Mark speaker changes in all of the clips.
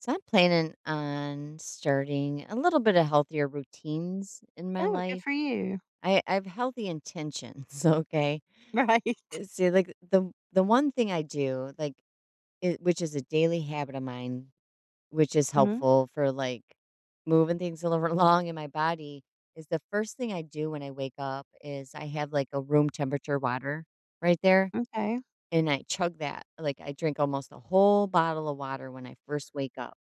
Speaker 1: So I'm planning on starting a little bit of healthier routines in my
Speaker 2: Oh, good
Speaker 1: life.
Speaker 2: for you.
Speaker 1: I have healthy intentions, okay?
Speaker 2: Right.
Speaker 1: See, like the one thing I do, like it, which is a daily habit of mine, which is
Speaker 2: Mhm.
Speaker 1: helpful for like moving things along in my body, is the first thing I do when I wake up is I have like a room temperature water right there,
Speaker 2: Okay.
Speaker 1: and I chug that. Like I drink almost a whole bottle of water when I first wake up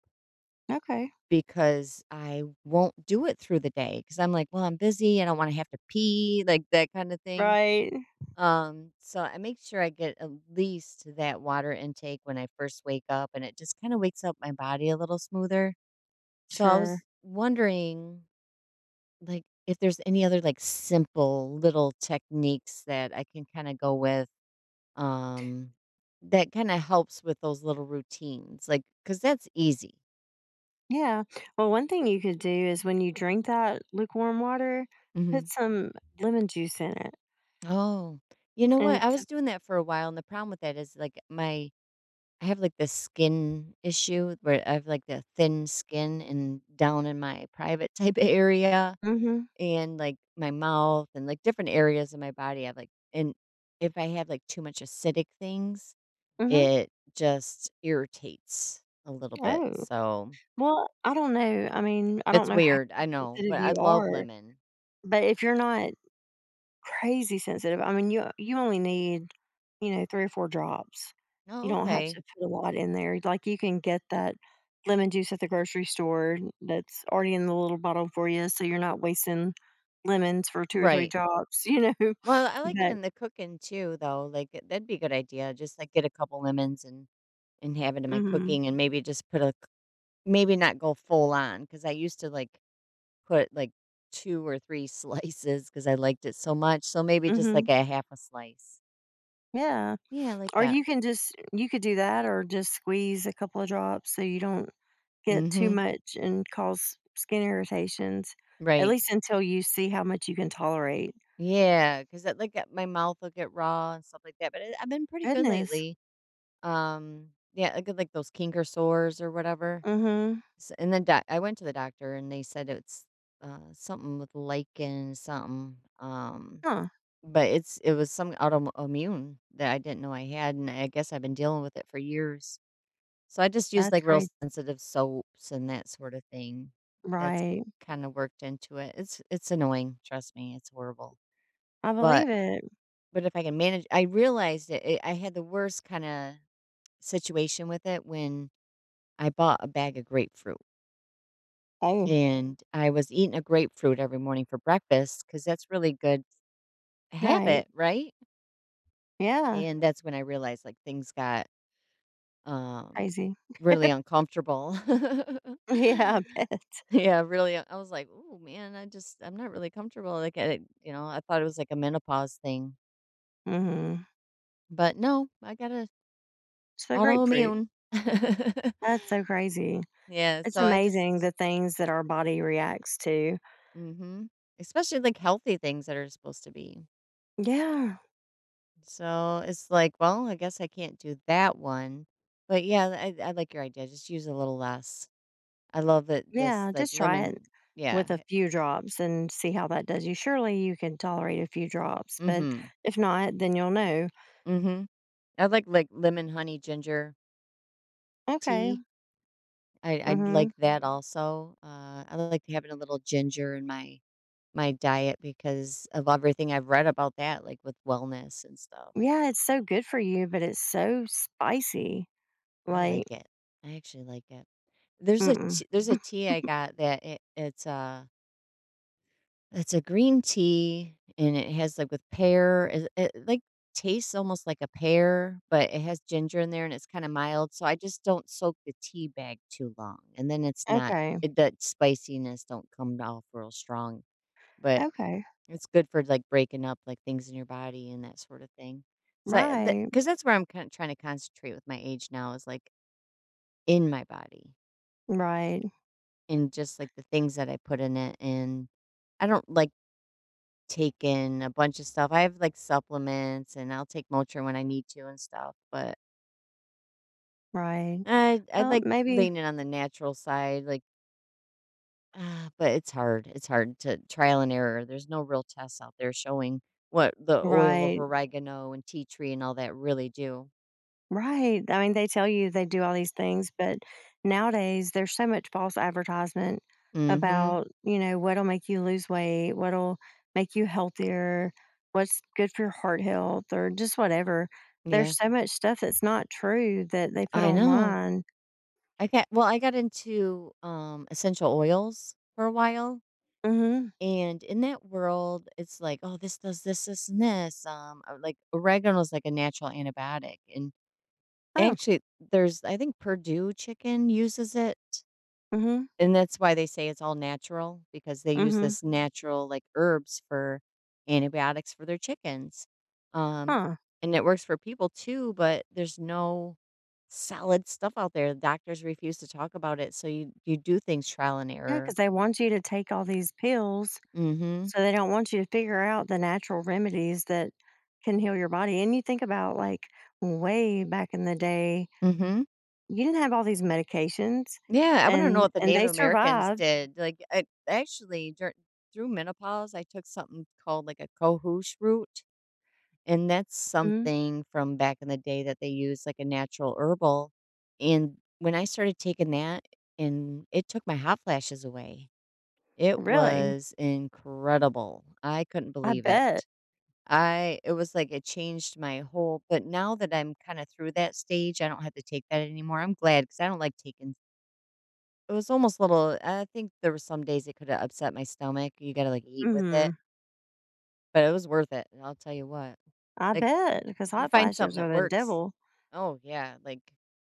Speaker 2: Okay.
Speaker 1: because I won't do it through the day, because 'cause I'm like, "Well, I'm busy, I don't wanna have to pee," like, that kinda thing.
Speaker 2: Right.
Speaker 1: So I make sure I get at least that water intake when I first wake up, and it just kinda wakes up my body a little smoother. So I was
Speaker 2: Sure.
Speaker 1: wondering, like, if there's any other, like, simple little techniques that I can kinda go with, um, that kinda helps with those little routines, like, because that's easy.
Speaker 2: Yeah. Well, one thing you could do is when you drink that lukewarm water, put
Speaker 1: Mhm.
Speaker 2: some lemon juice in it.
Speaker 1: Oh, you know
Speaker 2: And
Speaker 1: what? I
Speaker 2: it's
Speaker 1: was doing that for a while, and the problem with that is like my I have like this skin issue where I have like the thin skin and down in my private type of area
Speaker 2: mhm.
Speaker 1: and like my mouth and like different areas of my body. I have like and if I have like too much acidic things,
Speaker 2: Mhm.
Speaker 1: it just irritates a little bit.
Speaker 2: Oh.
Speaker 1: So
Speaker 2: Well, I don't know. I mean, I don't
Speaker 1: it's
Speaker 2: know how
Speaker 1: weird, I know,
Speaker 2: sensitive
Speaker 1: but I
Speaker 2: you
Speaker 1: love
Speaker 2: are,
Speaker 1: lemon.
Speaker 2: but if you're not crazy sensitive, I mean, you only need 3 or 4 drops. You
Speaker 1: Oh,
Speaker 2: don't have
Speaker 1: okay.
Speaker 2: to put a lot in there. Like, you can get that lemon juice at the grocery store that's already in the little bottle for you, so you're not wasting lemons for 2 or 3
Speaker 1: Right.
Speaker 2: drops, you know?
Speaker 1: Well, I like it
Speaker 2: But
Speaker 1: in the cooking too, though. Like that'd be a good idea. Just like get a couple lemons and have it in my
Speaker 2: mhm,
Speaker 1: cooking, and maybe just put maybe not go full on because I used to like put like two or three slices because I liked it so much. So maybe just
Speaker 2: mhm,
Speaker 1: like a half a slice.
Speaker 2: yeah.
Speaker 1: Yeah, I like
Speaker 2: Or
Speaker 1: that.
Speaker 2: you can just you could do that or just squeeze a couple of drops so you don't get too
Speaker 1: Mm-hmm.
Speaker 2: much and cause skin irritations, at
Speaker 1: Right.
Speaker 2: least until you see how much you can tolerate.
Speaker 1: Yeah, because like my mouth will get raw and stuff like that. But it, I've been pretty good
Speaker 2: Goodness.
Speaker 1: lately. Yeah, I get like those kinker sores or whatever.
Speaker 2: Mhm.
Speaker 1: S and then doc I went to the doctor and they said it's, something with lichen something,
Speaker 2: Huh.
Speaker 1: but it was some autoimmune that I didn't know I had, and I guess I've been dealing with it for years. So I just use,
Speaker 2: That's
Speaker 1: like, real
Speaker 2: great.
Speaker 1: sensitive soaps and that sort of thing. That's
Speaker 2: Right.
Speaker 1: kinda worked into it. It's annoying, trust me, it's horrible.
Speaker 2: I believe
Speaker 1: But
Speaker 2: it.
Speaker 1: if I can manage I realized it it I had the worst kinda situation with it when I bought a bag of grapefruit.
Speaker 2: Oh,
Speaker 1: And I was eating a grapefruit every morning for breakfast because that's really good
Speaker 2: right.
Speaker 1: habit, right?
Speaker 2: Yeah,
Speaker 1: And that's when I realized, like, things got, um,
Speaker 2: crazy.
Speaker 1: really uncomfortable.
Speaker 2: Yeah, I bet.
Speaker 1: Yeah, really, I was like, oh man, I just I'm not really comfortable." Like, I you know, I thought it was like a menopause thing,
Speaker 2: Mhm.
Speaker 1: but no, I got a
Speaker 2: So grapefruit.
Speaker 1: autoimmune.
Speaker 2: That's so crazy.
Speaker 1: Yeah,
Speaker 2: It's
Speaker 1: so I
Speaker 2: amazing
Speaker 1: just
Speaker 2: the things that our body reacts to.
Speaker 1: mhm, especially, like, healthy things that are supposed to be.
Speaker 2: Yeah,
Speaker 1: So it's like, well, I guess I can't do that one. But yeah, I like your idea. Just use a little less. I love that
Speaker 2: yeah,
Speaker 1: just like
Speaker 2: just try it
Speaker 1: lemon. Yeah.
Speaker 2: with a few drops and see how that does you. Surely you can tolerate a few drops,
Speaker 1: Mm
Speaker 2: but
Speaker 1: hmm.
Speaker 2: if not, then you'll know.
Speaker 1: Mm hmm. I like lemon, honey, ginger
Speaker 2: Okay.
Speaker 1: tea. I
Speaker 2: Mhm.
Speaker 1: like that also. I like having a little ginger in my my diet because of everything I've read about that, like with wellness and stuff.
Speaker 2: Yeah, it's so good for you, but it's so spicy.
Speaker 1: I
Speaker 2: Like,
Speaker 1: like it. I actually like it.
Speaker 2: mm-mm.
Speaker 1: There's a tea I got that it's a green tea, and it has, like, with pear it, like, tastes almost like a pear, but it has ginger in there, and it's kinda mild, so I just don't soak the tea bag too long, and then it's not
Speaker 2: Okay.
Speaker 1: it that spiciness don't come off real strong, but
Speaker 2: Okay.
Speaker 1: it's good for, like, breaking up, like, things in your body and that sort of thing. So, I the
Speaker 2: Right.
Speaker 1: 'cause that's where I'm kinda trying to concentrate with my age now is, like, in my body
Speaker 2: Right.
Speaker 1: and just, like, the things that I put in it, and I don't like taken a bunch of stuff. I have, like, supplements, and I'll take Motrin when I need to and stuff, but
Speaker 2: Right.
Speaker 1: I
Speaker 2: Well,
Speaker 1: like
Speaker 2: maybe
Speaker 1: leaning on the natural side, like, ah, but it's hard. It's hard to trial and error. There's no real tests out there showing what the oil of
Speaker 2: right,
Speaker 1: oregano and tea tree and all that really do.
Speaker 2: right. I mean, they tell you they do all these things, but nowadays there's so much false advertisement
Speaker 1: Mhm.
Speaker 2: about, you know, what'll make you lose weight, what'll make you healthier, what's good for your heart health, or just whatever. There's
Speaker 1: Yeah.
Speaker 2: so much stuff that's not true that they put
Speaker 1: I know.
Speaker 2: online.
Speaker 1: I got into, essential oils for a while.
Speaker 2: Mm-hmm.
Speaker 1: And in that world, it's like, "Oh, this does this, this, and this." Like, oregano is like a natural antibiotic, and
Speaker 2: Oh,
Speaker 1: actually, there's I think Purdue Chicken uses it,
Speaker 2: mm-hmm.
Speaker 1: and that's why they say it's all natural because they use
Speaker 2: Mm-hmm.
Speaker 1: this natural, like, herbs for antibiotics for their chickens. Um,
Speaker 2: Huh.
Speaker 1: and it works for people too, but there's no solid stuff out there. Doctors refuse to talk about it, so you do things trial and
Speaker 2: Yeah, because
Speaker 1: error.
Speaker 2: they want you to take all these pills.
Speaker 1: Mm Mhm.
Speaker 2: So they don't want you to figure out the natural remedies that can heal your body. And you think about like way back in the day,
Speaker 1: mm Mhm.
Speaker 2: you didn't have all these medications
Speaker 1: Yeah, I wanna know
Speaker 2: and
Speaker 1: what the
Speaker 2: and
Speaker 1: Native
Speaker 2: they
Speaker 1: Americans
Speaker 2: survived.
Speaker 1: did, like, I actually, dur through menopause, I took something called, like, a cohosh root, and that's
Speaker 2: Mhm.
Speaker 1: something from back in the day that they used, like, a natural herbal, and when I started taking that, and it took my hot flashes away. It
Speaker 2: Really?
Speaker 1: was incredible. I couldn't
Speaker 2: I
Speaker 1: believe it.
Speaker 2: bet.
Speaker 1: I it was like it changed my whole but now that I'm kinda through that stage, I don't have to take that anymore, I'm glad 'cause I am glad because I do not like taking it was almost little I think there were some days it coulda upset my stomach, you gotta, like, eat with it,
Speaker 2: Mhm.
Speaker 1: but it was worth it, and I'll tell you what.
Speaker 2: I
Speaker 1: Like,
Speaker 2: bet because
Speaker 1: if you
Speaker 2: hot
Speaker 1: find something
Speaker 2: flashes are
Speaker 1: that
Speaker 2: the
Speaker 1: works
Speaker 2: devil.
Speaker 1: oh, yeah, like,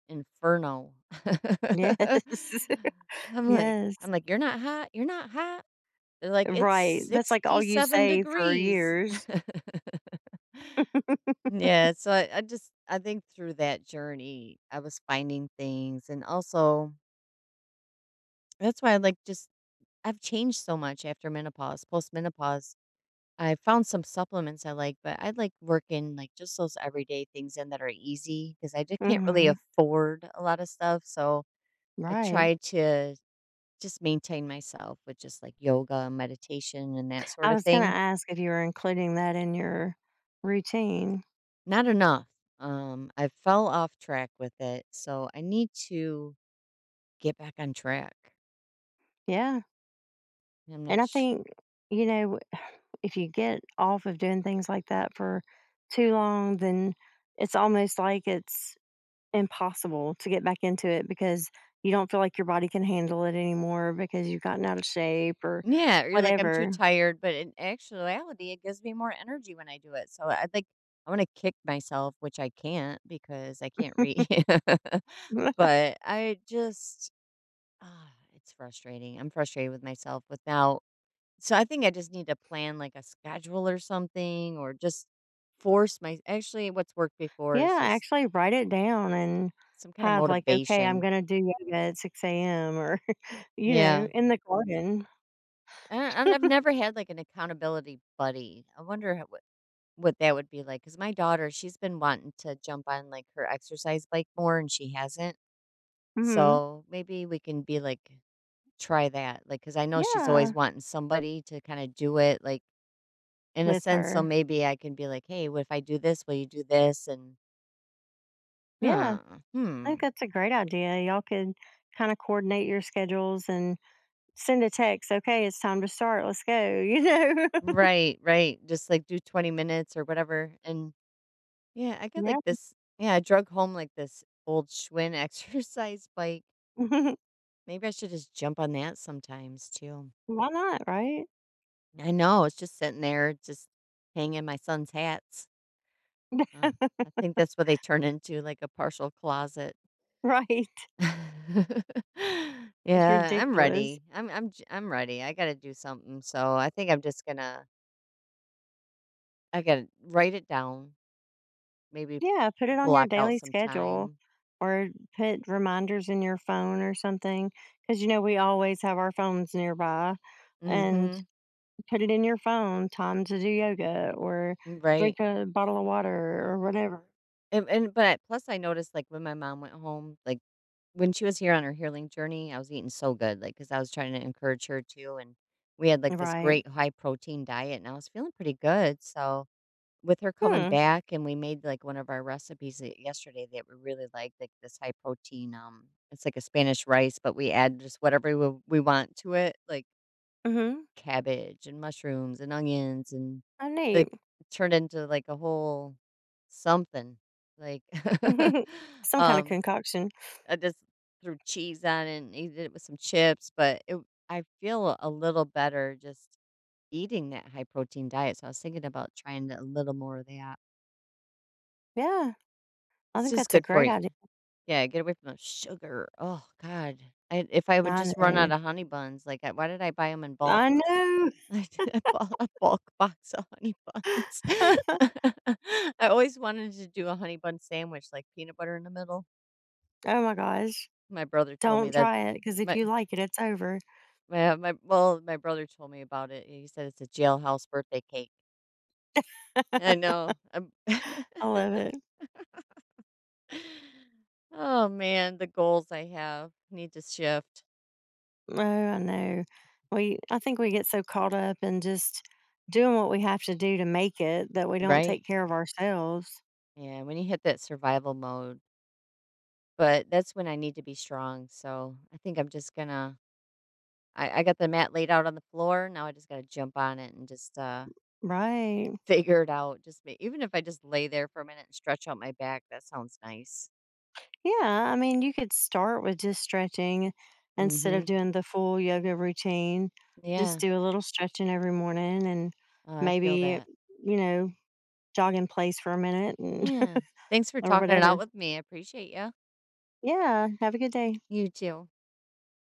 Speaker 1: inferno.
Speaker 2: Yes. Yes.
Speaker 1: I'm like, "You're not hot, you're not hot." They're like, "It's
Speaker 2: Right. That's like all you
Speaker 1: 67
Speaker 2: say for
Speaker 1: degrees."
Speaker 2: years.
Speaker 1: Yeah, so I just I think through that journey, I was finding things, and also that's why I like just I've changed so much after menopause, postmenopause. I found some supplements I like, but I like working like just those everyday things in that are easy because I just can't really
Speaker 2: Mhm.
Speaker 1: afford a lot of stuff. So I
Speaker 2: Right.
Speaker 1: try to just maintain myself with just like yoga and meditation and that sort
Speaker 2: I
Speaker 1: of
Speaker 2: was going to
Speaker 1: thing.
Speaker 2: ask if you were including that in your routine.
Speaker 1: Not enough. I fell off track with it. So I need to get back on track.
Speaker 2: Yeah.
Speaker 1: I'm
Speaker 2: And
Speaker 1: not
Speaker 2: I think, you know, if you get off of doing things like that for too long, then it's almost like it's impossible to get back into it because you don't feel like your body can handle it anymore because you've gotten out of shape or
Speaker 1: Yeah, you're like, "I'm too
Speaker 2: whatever.
Speaker 1: tired," but in actuality, it gives me more energy when I do it, so I like, I wanna kick myself, which I can't because I can't read. But I just ah, it's frustrating. I'm frustrated with myself without so I think I just need to plan, like, a schedule or something or just force my actually, what's worked before is
Speaker 2: Yeah,
Speaker 1: just
Speaker 2: actually write it down and
Speaker 1: some kinda
Speaker 2: have like, okay, I'm
Speaker 1: motivation.
Speaker 2: gonna do yoga at 6 a.m. or you know,
Speaker 1: Yeah.
Speaker 2: in the garden.
Speaker 1: I've never had, like, an accountability buddy. I wonder how what that would be like? Cause my daughter, she's been wanting to jump on, like, her exercise bike more, and she hasn't,
Speaker 2: Hmm.
Speaker 1: so maybe we can be like, try that, Like, cause I know she's always
Speaker 2: Yeah,
Speaker 1: wanting somebody to kinda do it, like, in a
Speaker 2: with
Speaker 1: sense, so
Speaker 2: her.
Speaker 1: maybe I can be like, "Hey, what if I do this, will you do this?" and,
Speaker 2: Yeah.
Speaker 1: "Huh,
Speaker 2: I
Speaker 1: hmm,
Speaker 2: think that's a great idea. Y'all could kind of coordinate your schedules and send a text, okay, it's time to start. Let's go, you know?
Speaker 1: right, right," just, like, do 20 minutes or whatever, and yeah, I got,
Speaker 2: Yeah.
Speaker 1: like, this yeah, I drug home, like, this old Schwinn exercise bike. Maybe I should just jump on that sometimes too.
Speaker 2: Why not? Right.
Speaker 1: I know, it's just sitting there, just hanging my son's hats. Ugh, I think that's what they turn into, like a partial closet.
Speaker 2: Right. It's
Speaker 1: Yeah, I'm
Speaker 2: ridiculous.
Speaker 1: ready. I'm ready. I gotta do something, so I think I'm just gonna I gotta write it down, maybe
Speaker 2: Yeah. Put it on your
Speaker 1: block out
Speaker 2: daily
Speaker 1: some
Speaker 2: schedule
Speaker 1: time.
Speaker 2: or put reminders in your phone or something. Cause, you know, we always have our phones nearby and
Speaker 1: Mhm,
Speaker 2: put it in your phone time to do yoga or drink
Speaker 1: right.
Speaker 2: a bottle of water or whatever.
Speaker 1: And but I, plus I noticed, like, when my mom went home, like, When she was here on her healing journey, I was eating so good, like, cause I was trying to encourage her too, and we had, like, this
Speaker 2: Right.
Speaker 1: great high protein diet, and I was feeling pretty good, so with her coming
Speaker 2: Hmm.
Speaker 1: back and we made, like, one of our recipes that yesterday that we really liked, like, this high protein, it's like a Spanish rice, but we add just whatever we want to it, like
Speaker 2: Mm-hmm.
Speaker 1: cabbage and mushrooms and onions and,
Speaker 2: Oh, neat.
Speaker 1: like, it turned into, like, a whole something, like,
Speaker 2: Some kind of
Speaker 1: um
Speaker 2: concoction.
Speaker 1: I just threw cheese on it and ate it with some chips, but it I feel a little better just eating that high protein diet, so I was thinking about trying a little more of that.
Speaker 2: Yeah, I
Speaker 1: It's
Speaker 2: think
Speaker 1: just
Speaker 2: that's a
Speaker 1: good for
Speaker 2: great
Speaker 1: you.
Speaker 2: idea.
Speaker 1: Yeah, get away from the sugar. Oh god. I, if I would
Speaker 2: I
Speaker 1: just run out
Speaker 2: know.
Speaker 1: of honey buns, like I, why did I buy them in bulk?
Speaker 2: I know.
Speaker 1: I did a bulk box of honey buns. I always wanted to do a honey bun sandwich, like peanut butter in the middle.
Speaker 2: Oh my gosh.
Speaker 1: My brother told me
Speaker 2: Don't
Speaker 1: that
Speaker 2: try it because if
Speaker 1: my
Speaker 2: you like it, it's over.
Speaker 1: My brother told me about it. He said it's a jailhouse birthday cake. I know. I'm
Speaker 2: I love it.
Speaker 1: oh man, the goals I have need to shift.
Speaker 2: Oh, I know. We I think we get so caught up in just doing what we have to do to make it that we don't
Speaker 1: Right?
Speaker 2: take care of ourselves.
Speaker 1: Yeah, when you hit that survival mode. But that's when I need to be strong. So I think I'm just gonna I got the mat laid out on the floor. Now I just gotta jump on it and just
Speaker 2: Right.
Speaker 1: figure it out. Just even if I just lay there for a minute and stretch out my back, that sounds nice.
Speaker 2: Yeah, I mean, you could start with just stretching instead of
Speaker 1: Mm-hmm.
Speaker 2: doing the full yoga routine. Just
Speaker 1: Yeah.
Speaker 2: do a little stretching every morning and
Speaker 1: I feel
Speaker 2: maybe,
Speaker 1: that.
Speaker 2: you know, jog in place for a minute and
Speaker 1: Yeah. Thanks for
Speaker 2: or
Speaker 1: talking it
Speaker 2: whatever.
Speaker 1: out with me. I appreciate you.
Speaker 2: Yeah, have a good day.
Speaker 1: You too.